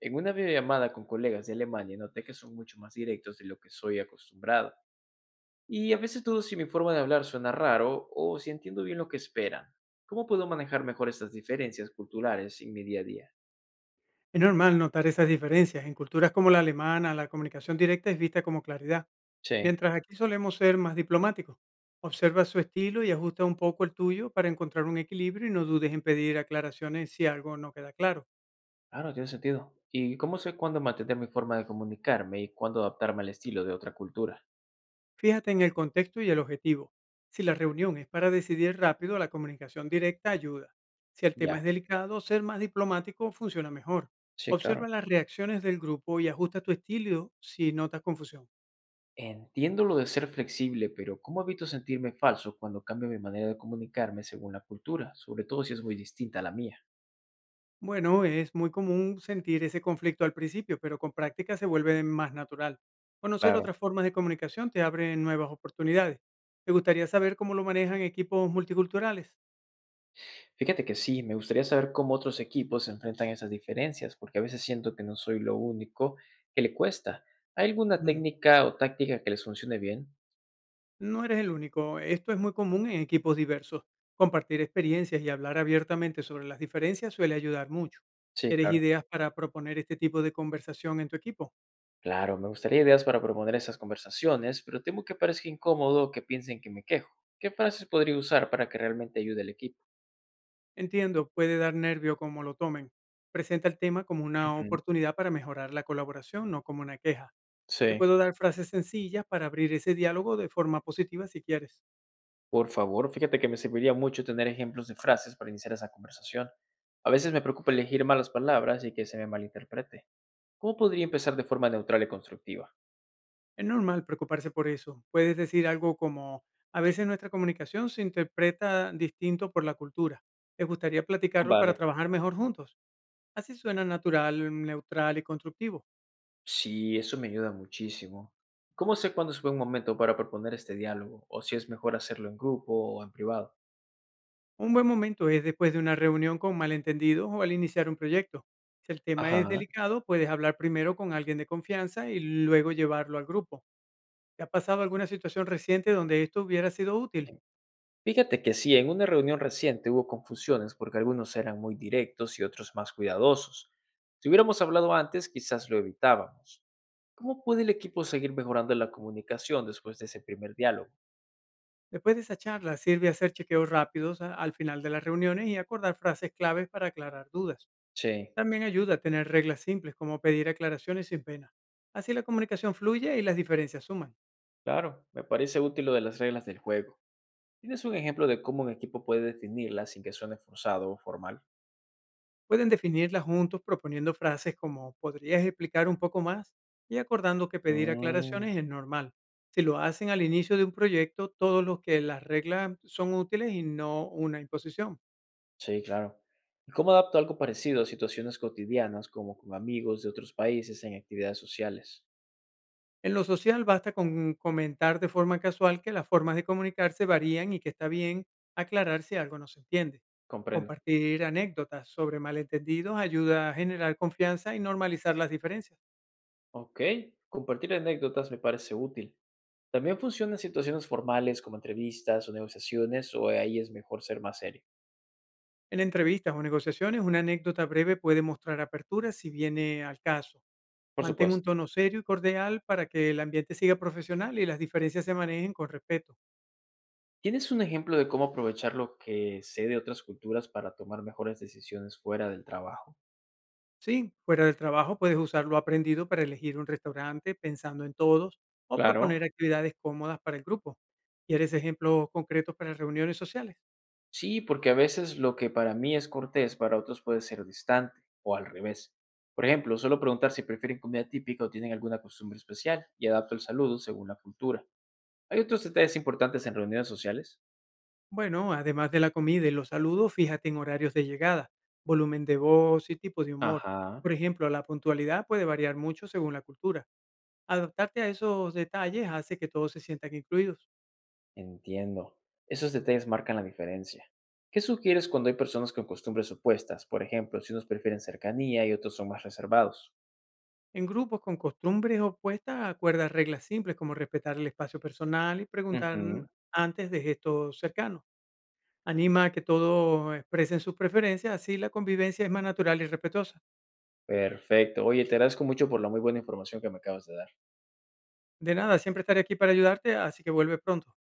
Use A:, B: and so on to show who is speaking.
A: En una videollamada con colegas de Alemania noté que son mucho más directos de lo que soy acostumbrado. Y a veces dudo si mi forma de hablar suena raro o si entiendo bien lo que esperan. ¿Cómo puedo manejar mejor estas diferencias culturales en mi día a día?
B: Es normal notar esas diferencias. En culturas como la alemana, la comunicación directa es vista como claridad,
A: Sí,
B: mientras aquí solemos ser más diplomáticos. Observa su estilo y ajusta un poco el tuyo para encontrar un equilibrio y no dudes en pedir aclaraciones si algo no queda claro.
A: claro, tiene sentido. ¿Y cómo sé cuándo mantener mi forma de comunicarme y cuándo adaptarme al estilo de otra cultura?
B: Fíjate en el contexto y el objetivo. Si la reunión es para decidir rápido, la comunicación directa ayuda. Si el tema
A: Ya,
B: es delicado, ser más diplomático funciona mejor.
A: sí,
B: Observa
A: claro.
B: las reacciones del grupo y ajusta tu estilo si notas confusión.
A: Entiendo lo de ser flexible, pero ¿cómo evito sentirme falso cuando cambio mi manera de comunicarme según la cultura, sobre todo si es muy distinta a la mía?
B: Bueno, es muy común sentir ese conflicto al principio, pero con práctica se vuelve más natural. Conocer
A: Claro.
B: otras formas de comunicación te abre nuevas oportunidades. ¿Te gustaría saber cómo lo manejan equipos multiculturales?
A: Fíjate que sí, me gustaría saber cómo otros equipos enfrentan esas diferencias, porque a veces siento que no soy lo único que le cuesta. ¿Hay alguna
B: Mm,
A: técnica o táctica que les funcione bien?
B: No eres el único, esto es muy común en equipos diversos. Compartir experiencias y hablar abiertamente sobre las diferencias suele ayudar mucho.
A: Sí,
B: ¿Quieres
A: claro.
B: ideas para proponer este tipo de conversación en tu equipo?
A: Claro, me gustaría ideas para proponer esas conversaciones, pero temo que parezca incómodo o que piensen que me quejo. ¿Qué frases podría usar para que realmente ayude al equipo?
B: Entiendo, puede dar nervio cómo lo tomen. Presenta el tema como una
A: Ujú.
B: oportunidad para mejorar la colaboración, no como una queja. Te
A: Sí,
B: puedo dar frases sencillas para abrir ese diálogo de forma positiva si quieres.
A: por favor, fíjate que me serviría mucho tener ejemplos de frases para iniciar esa conversación. A veces me preocupa elegir malas palabras y que se me malinterprete. ¿Cómo podría empezar de forma neutral y constructiva?
B: Es normal preocuparse por eso. Puedes decir algo como, a veces nuestra comunicación se interpreta distinto por la cultura. ¿Te gustaría platicarlo para
A: Vale.
B: trabajar mejor juntos? Así suena natural, neutral y constructivo.
A: Sí, eso me ayuda muchísimo. ¿Cómo sé cuándo es buen momento para proponer este diálogo? ¿O si es mejor hacerlo en grupo o en privado?
B: Un buen momento es después de una reunión con malentendidos o al iniciar un proyecto. Si el tema es
A: Ajá.
B: delicado, puedes hablar primero con alguien de confianza y luego llevarlo al grupo. ¿Te ha pasado alguna situación reciente donde esto hubiera sido útil?
A: Fíjate que sí, en una reunión reciente hubo confusiones porque algunos eran muy directos y otros más cuidadosos. Si hubiéramos hablado antes, quizás lo evitábamos. ¿Cómo puede el equipo seguir mejorando la comunicación después de ese primer diálogo?
B: Después de esa charla, sirve hacer chequeos rápidos al final de las reuniones y acordar frases claves para aclarar dudas.
A: Sí.
B: También ayuda a tener reglas simples como pedir aclaraciones sin pena. Así la comunicación fluye y las diferencias suman.
A: Claro, me parece útil lo de las reglas del juego. ¿Tienes un ejemplo de cómo un equipo puede definirlas sin que suene forzado o formal?
B: Pueden definirlas juntos proponiendo frases como ¿podrías explicar un poco más? Y acordando que pedir
A: Mm,
B: aclaraciones es normal. Si lo hacen al inicio de un proyecto, todos los que las reglas son útiles y no una imposición.
A: sí, claro. ¿Y cómo adapto algo parecido a situaciones cotidianas, como con amigos de otros países en actividades sociales?
B: En lo social basta con comentar de forma casual que las formas de comunicarse varían y que está bien aclarar si algo no se entiende.
A: Comprendo.
B: Compartir anécdotas sobre malentendidos ayuda a generar confianza y normalizar las diferencias.
A: Ok, compartir anécdotas me parece útil. También funciona en situaciones formales como entrevistas o negociaciones, o ahí es mejor ser más serio.
B: En entrevistas o negociaciones, una anécdota breve puede mostrar apertura si viene al caso.
A: Por
B: Mantén un
A: supuesto.
B: tono serio y cordial para que el ambiente siga profesional y las diferencias se manejen con respeto.
A: ¿Tienes un ejemplo de cómo aprovechar lo que sé de otras culturas para tomar mejores decisiones fuera del trabajo?
B: Sí, fuera del trabajo puedes usar lo aprendido para elegir un restaurante pensando en todos o proponer
A: Claro,
B: actividades cómodas para el grupo. ¿Quieres ejemplos concretos para reuniones sociales?
A: sí, porque a veces lo que para mí es cortés, para otros puede ser distante o al revés. Por ejemplo, solo preguntar si prefieren comida típica o tienen alguna costumbre especial y adapto el saludo según la cultura. ¿Hay otros detalles importantes en reuniones sociales?
B: Bueno, además de la comida y los saludos, fíjate en horarios de llegada, volumen de voz y tipo de humor.
A: Ajá,
B: Por ejemplo, la puntualidad puede variar mucho según la cultura. Adaptarte a esos detalles hace que todos se sientan incluidos.
A: entiendo. Esos detalles marcan la diferencia. ¿Qué sugieres cuando hay personas con costumbres opuestas? Por ejemplo, si unos prefieren cercanía y otros son más reservados.
B: En grupos con costumbres opuestas, acuerda reglas simples como respetar el espacio personal y preguntar
A: Ujú.
B: antes de gestos cercanos. Anima a que todos expresen sus preferencias, así la convivencia es más natural y respetuosa.
A: Perfecto. Oye, te agradezco mucho por la muy buena información que me acabas de dar.
B: De nada, siempre estaré aquí para ayudarte, así que vuelve pronto.